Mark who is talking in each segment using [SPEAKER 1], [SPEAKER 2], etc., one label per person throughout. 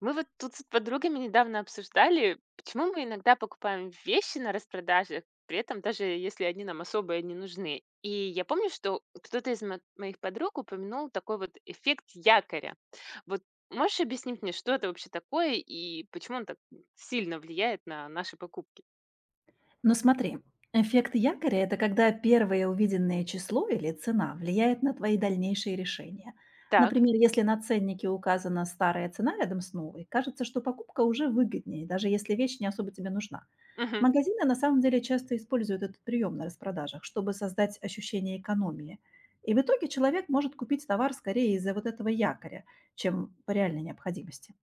[SPEAKER 1] Мы вот тут с подругами недавно обсуждали, почему мы иногда покупаем вещи на распродажах, при этом даже если они нам особо и не нужны. И я помню, что кто-то из моих подруг упомянул такой вот эффект якоря. Вот можешь объяснить мне, что это вообще такое и почему он так сильно влияет на наши покупки?
[SPEAKER 2] Но смотри, эффект якоря– это когда первое увиденное число или цена влияет на твои дальнейшие решения.
[SPEAKER 1] Так.
[SPEAKER 2] Например, если на ценнике указана старая цена рядом с новой, кажется, что покупка уже выгоднее, даже если вещь не особо тебе нужна. Магазины на самом деле часто используют этот прием на распродажах, чтобы создать ощущение экономии. И в итоге человек может купить товар скорее из-за вот этого якоря, чем по реальной необходимости.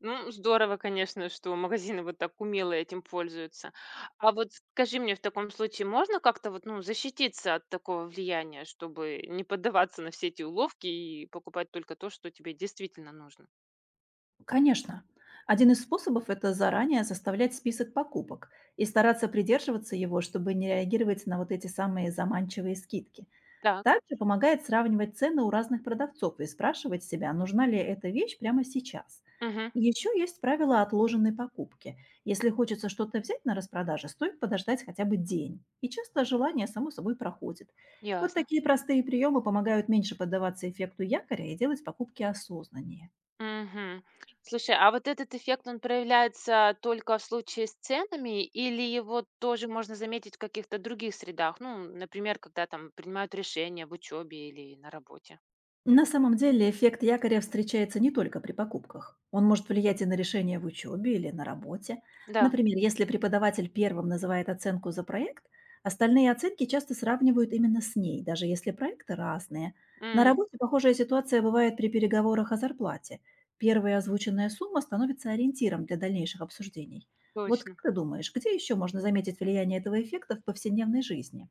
[SPEAKER 1] Ну, здорово, конечно, что магазины вот так умело этим пользуются. А вот скажи мне, в таком случае можно как-то вот, ну, защититься от такого влияния, чтобы не поддаваться на все эти уловки и покупать только то, что тебе действительно нужно?
[SPEAKER 2] Конечно. Один из способов– это заранее составлять список покупок и стараться придерживаться его, чтобы не реагировать на вот эти самые заманчивые скидки.
[SPEAKER 1] Так,
[SPEAKER 2] Также помогает сравнивать цены у разных продавцов и спрашивать себя, нужна ли эта вещь прямо сейчас.
[SPEAKER 1] мгм,
[SPEAKER 2] Еще есть правило отложенной покупки. Если хочется что-то взять на распродаже, стоит подождать хотя бы день. И часто желание само собой проходит. Вот
[SPEAKER 1] ясно.
[SPEAKER 2] такие простые приемы помогают меньше поддаваться эффекту якоря и делать покупки осознаннее.
[SPEAKER 1] Мгм. Слушай, а вот этот эффект, он проявляется только в случае с ценами или его тоже можно заметить в каких-то других средах? Ну, например, когда там принимают решения в учебе или на работе?
[SPEAKER 2] На самом деле эффект якоря встречается не только при покупках. Он может влиять и на решения в учебе или на работе.
[SPEAKER 1] Да,
[SPEAKER 2] Например, если преподаватель первым называет оценку за проект, остальные оценки часто сравнивают именно с ней, даже если проекты разные. На
[SPEAKER 1] м,
[SPEAKER 2] работе похожая ситуация бывает при переговорах о зарплате. Первая озвученная сумма становится ориентиром для дальнейших обсуждений. Вот
[SPEAKER 1] точно.
[SPEAKER 2] как ты думаешь, где еще можно заметить влияние этого эффекта в повседневной жизни?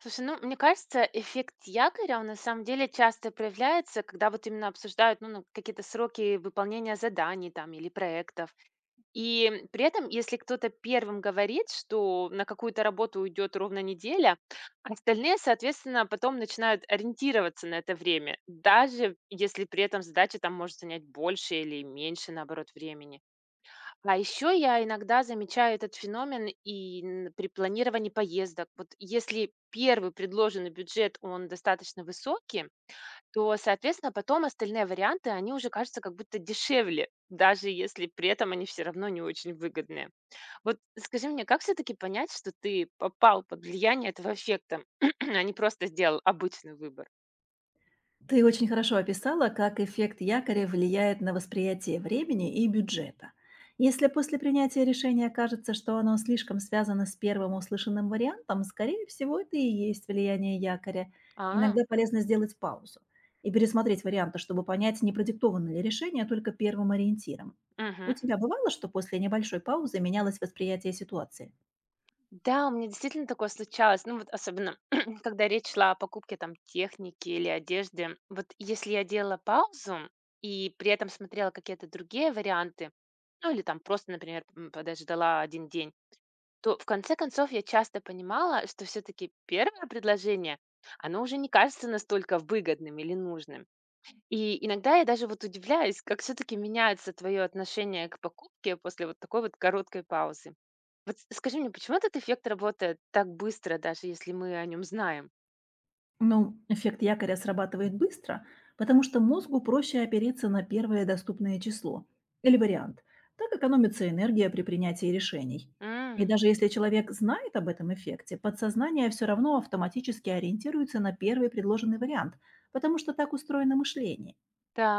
[SPEAKER 1] Слушай, ну, мне кажется, эффект якоря, он на самом деле часто проявляется, когда вот именно обсуждают ну, какие-то сроки выполнения заданий там или проектов. И при этом, если кто-то первым говорит, что на какую-то работу уйдет ровно неделя, остальные, соответственно, потом начинают ориентироваться на это время, даже если при этом задача там может занять больше или меньше, наоборот, времени. А еще я иногда замечаю этот феномен при планировании поездок. Вот если первый предложенный бюджет, он достаточно высокий, то, соответственно, потом остальные варианты, они уже кажутся как будто дешевле, даже если при этом они все равно не очень выгодные. Вот скажи мне, как все-таки понять, что ты попал под влияние этого эффекта, а не просто сделал обычный выбор?
[SPEAKER 2] Ты очень хорошо описала, как эффект якоря влияет на восприятие времени и бюджета. Если после принятия решения кажется, что оно слишком связано с первым услышанным вариантом, скорее всего, это и есть влияние якоря.
[SPEAKER 1] А,
[SPEAKER 2] Иногда полезно сделать паузу и пересмотреть варианты, чтобы понять, не продиктовано ли решение только первым ориентиром. У
[SPEAKER 1] мгм.
[SPEAKER 2] тебя бывало, что после небольшой паузы менялось восприятие ситуации?
[SPEAKER 1] Да, у меня действительно такое случалось. Ну вот особенно, когда речь шла о покупке там техники или одежды. Вот если я делала паузу и при этом смотрела какие-то другие варианты, ну или там просто, например, подождала один день, то в конце концов я часто понимала, что все-таки первое предложение, оно уже не кажется настолько выгодным или нужным. И иногда я даже вот удивляюсь, как все-таки меняется твое отношение к покупке после вот такой вот короткой паузы. Вот скажи мне, почему этот эффект работает так быстро, даже если мы о нем знаем?
[SPEAKER 2] Ну, эффект якоря срабатывает быстро, потому что мозгу проще опереться на первое доступное число или вариант. Так экономится энергия при принятии решений. И
[SPEAKER 1] М,
[SPEAKER 2] даже если человек знает об этом эффекте, подсознание все равно автоматически ориентируется на первый предложенный вариант, потому что так устроено мышление.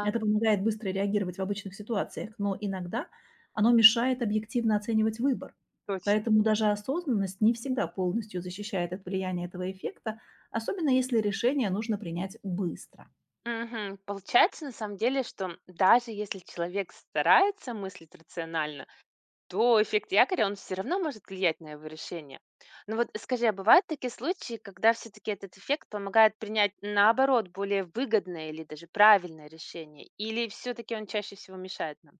[SPEAKER 2] Это помогает быстро реагировать в обычных ситуациях, но иногда оно мешает объективно оценивать выбор.
[SPEAKER 1] точно.
[SPEAKER 2] Поэтому даже осознанность не всегда полностью защищает от влияния этого эффекта, особенно если решение нужно принять быстро.
[SPEAKER 1] Мгм. Получается, на самом деле, что даже если человек старается мыслить рационально, то эффект якоря, он все равно может влиять на его решение. Но вот скажи, а бывают такие случаи, когда все-таки этот эффект помогает принять, наоборот, более выгодное или даже правильное решение? Или все-таки он чаще всего мешает нам?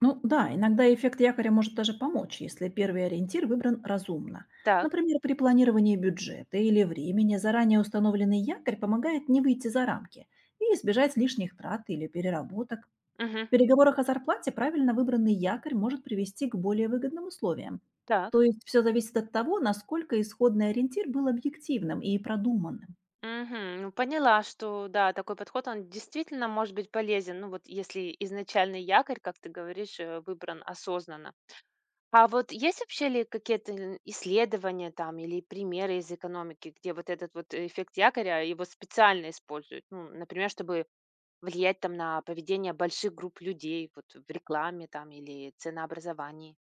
[SPEAKER 2] Ну да, иногда эффект якоря может даже помочь, если первый ориентир выбран разумно.
[SPEAKER 1] Так,
[SPEAKER 2] Например, при планировании бюджета или времени заранее установленный якорь помогает не выйти за рамки и избежать лишних трат или переработок.
[SPEAKER 1] мгм,
[SPEAKER 2] В переговорах о зарплате правильно выбранный якорь может привести к более выгодным условиям.
[SPEAKER 1] так,
[SPEAKER 2] То есть все зависит от того, насколько исходный ориентир был объективным и продуманным.
[SPEAKER 1] мгм. Ну, поняла, что, да, такой подход, он действительно может быть полезен, ну, вот если изначальный якорь, как ты говоришь, выбран осознанно. А вот есть вообще ли какие-то исследования там или примеры из экономики, где вот этот вот эффект якоря его специально используют? Ну, например, чтобы влиять там на поведение больших групп людей вот в рекламе там или ценообразовании.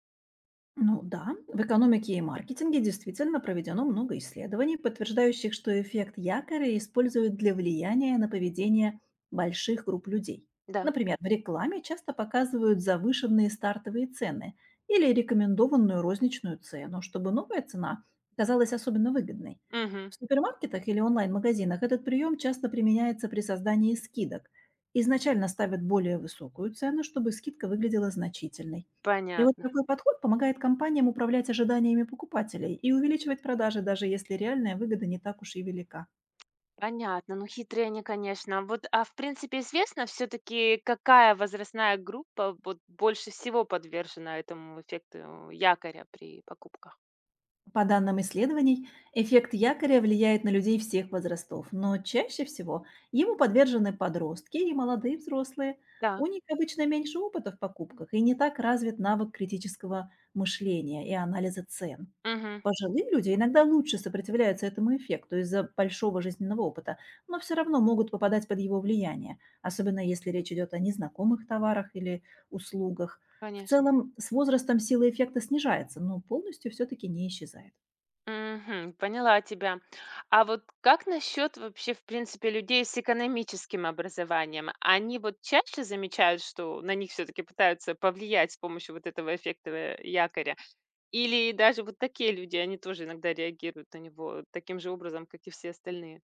[SPEAKER 2] Ну да, в экономике и маркетинге действительно проведено много исследований, подтверждающих, что эффект якоря используют для влияния на поведение больших групп людей.
[SPEAKER 1] Да.
[SPEAKER 2] Например, в рекламе часто показывают завышенные стартовые цены или рекомендованную розничную цену, чтобы новая цена казалась особенно выгодной.
[SPEAKER 1] Мгм.
[SPEAKER 2] В супермаркетах или онлайн-магазинах этот прием часто применяется при создании скидок. Изначально ставят более высокую цену, чтобы скидка выглядела значительной. И вот
[SPEAKER 1] Понятно.
[SPEAKER 2] такой подход помогает компаниям управлять ожиданиями покупателей и увеличивать продажи, даже если реальная выгода не так уж и велика.
[SPEAKER 1] Понятно. Ну, хитрые они, конечно. А вот, а в принципе известно все-таки, какая возрастная группа вот больше всего подвержена этому эффекту якоря при покупках?
[SPEAKER 2] По данным исследований, эффект якоря влияет на людей всех возрастов, но чаще всего ему подвержены подростки и молодые взрослые.
[SPEAKER 1] Да.
[SPEAKER 2] У них обычно меньше опыта в покупках и не так развит навык критического мышления и анализа цен.
[SPEAKER 1] Мгм.
[SPEAKER 2] Пожилые люди иногда лучше сопротивляются этому эффекту из-за большого жизненного опыта, но все равно могут попадать под его влияние, особенно если речь идет о незнакомых товарах или услугах. В
[SPEAKER 1] Конечно.
[SPEAKER 2] целом, с возрастом сила эффекта снижается, но полностью все-таки не исчезает.
[SPEAKER 1] Мгм. Поняла тебя. А вот как насчет вообще, в принципе, людей с экономическим образованием? Они вот чаще замечают, что на них все-таки пытаются повлиять с помощью вот этого эффектового якоря? Или даже вот такие люди, они тоже иногда реагируют на него таким же образом, как и все остальные?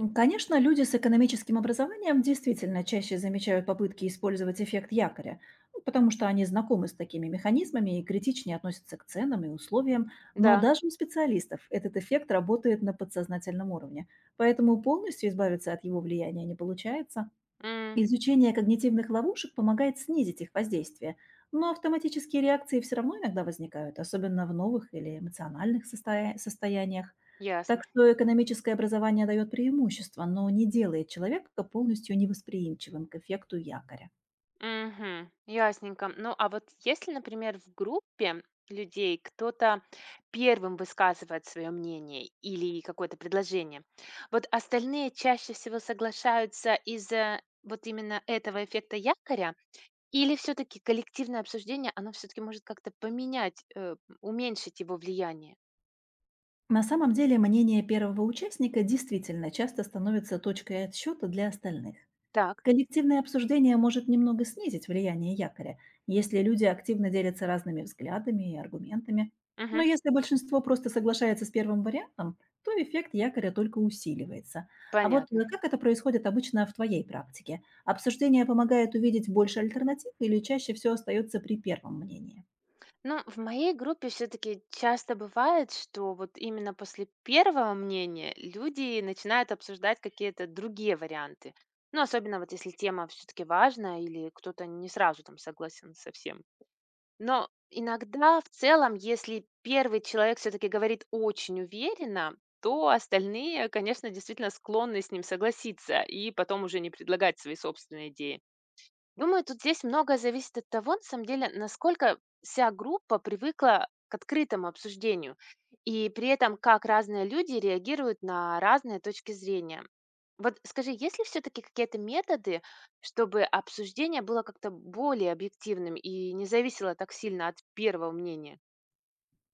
[SPEAKER 2] Конечно, люди с экономическим образованием действительно чаще замечают попытки использовать эффект якоря, ну, потому что они знакомы с такими механизмами и критичнее относятся к ценам и условиям, но
[SPEAKER 1] Да,
[SPEAKER 2] даже у специалистов этот эффект работает на подсознательном уровне, поэтому полностью избавиться от его влияния не получается.
[SPEAKER 1] М,
[SPEAKER 2] Изучение когнитивных ловушек помогает снизить их воздействие, но автоматические реакции все равно иногда возникают, особенно в новых или эмоциональных состояниях. Так
[SPEAKER 1] ясно.
[SPEAKER 2] что экономическое образование дает преимущество, но не делает человека полностью невосприимчивым к эффекту якоря.
[SPEAKER 1] Мгм. Ясненько. Ну, а вот если, например, в группе людей кто-то первым высказывает свое мнение или какое-то предложение, вот остальные чаще всего соглашаются из-за вот именно этого эффекта якоря, или все-таки коллективное обсуждение, оно все-таки может как-то поменять, уменьшить его влияние?
[SPEAKER 2] На самом деле мнение первого участника действительно часто становится точкой отсчета для остальных.
[SPEAKER 1] Так,
[SPEAKER 2] Коллективное обсуждение может немного снизить влияние якоря, если люди активно делятся разными взглядами и аргументами. Но
[SPEAKER 1] мгм.
[SPEAKER 2] если большинство просто соглашается с первым вариантом, то эффект якоря только усиливается. А вот
[SPEAKER 1] Понятно.
[SPEAKER 2] как это происходит обычно в твоей практике? Обсуждение помогает увидеть больше альтернатив или чаще все остается при первом мнении?
[SPEAKER 1] Ну, в моей группе все-таки часто бывает, что вот именно после первого мнения люди начинают обсуждать какие-то другие варианты. Ну, особенно вот если тема все-таки важная или кто-то не сразу там согласен со всем. Но иногда в целом, если первый человек все-таки говорит очень уверенно, то остальные, конечно, действительно склонны с ним согласиться и потом уже не предлагать свои собственные идеи. Думаю, тут здесь многое зависит от того, на самом деле, насколько вся группа привыкла к открытому обсуждению и при этом как разные люди реагируют на разные точки зрения. Вот скажи, есть ли все-таки какие-то методы, чтобы обсуждение было как-то более объективным и не зависело так сильно от первого мнения?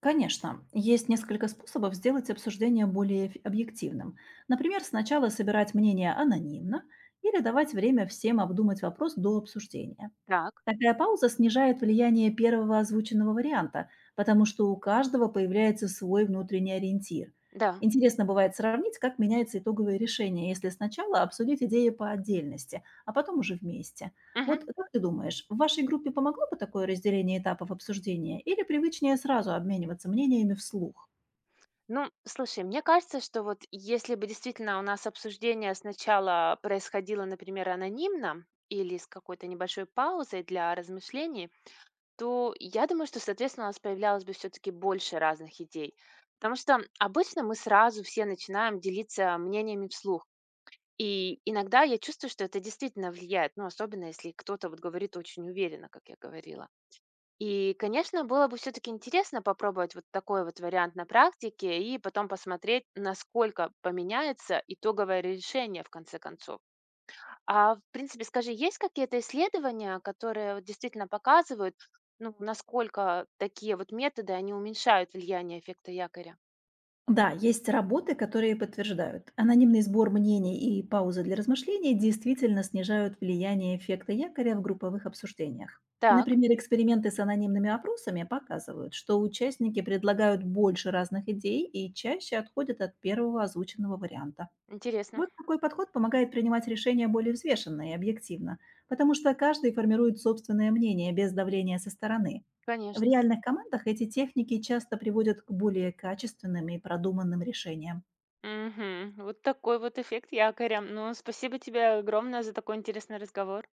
[SPEAKER 2] Конечно, есть несколько способов сделать обсуждение более объективным. Например, сначала собирать мнение анонимно или давать время всем обдумать вопрос до обсуждения.
[SPEAKER 1] Так,
[SPEAKER 2] Такая пауза снижает влияние первого озвученного варианта, потому что у каждого появляется свой внутренний ориентир.
[SPEAKER 1] да.
[SPEAKER 2] Интересно бывает сравнить, как меняется итоговое решение, если сначала обсудить идеи по отдельности, а потом уже вместе.
[SPEAKER 1] Мгм.
[SPEAKER 2] Вот как ты думаешь, в вашей группе помогло бы такое разделение этапов обсуждения или привычнее сразу обмениваться мнениями вслух?
[SPEAKER 1] Ну, слушай, мне кажется, что вот если бы действительно у нас обсуждение сначала происходило, например, анонимно или с какой-то небольшой паузой для размышлений, то я думаю, что, соответственно, у нас появлялось бы все-таки больше разных идей. Потому что обычно мы сразу все начинаем делиться мнениями вслух. И иногда я чувствую, что это действительно влияет, ну, особенно если кто-то вот говорит очень уверенно, как я говорила. И, конечно, было бы все-таки интересно попробовать вот такой вот вариант на практике и потом посмотреть, насколько поменяется итоговое решение в конце концов. А в принципе, скажи, есть какие-то исследования, которые вот действительно показывают, ну, насколько такие вот методы, они уменьшают влияние эффекта якоря?
[SPEAKER 2] Да, есть работы, которые подтверждают. Анонимный сбор мнений и паузы для размышлений действительно снижают влияние эффекта якоря в групповых обсуждениях.
[SPEAKER 1] Так,
[SPEAKER 2] Например, эксперименты с анонимными опросами показывают, что участники предлагают больше разных идей и чаще отходят от первого озвученного варианта.
[SPEAKER 1] интересно,
[SPEAKER 2] Вот такой подход помогает принимать решения более взвешенно и объективно, потому что каждый формирует собственное мнение без давления со стороны. В
[SPEAKER 1] конечно.
[SPEAKER 2] реальных командах эти техники часто приводят к более качественным и продуманным решениям.
[SPEAKER 1] Мгм. Вот такой вот эффект якоря. Ну, спасибо тебе огромное за такой интересный разговор.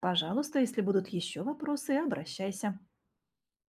[SPEAKER 2] Пожалуйста, если будут еще вопросы, обращайся.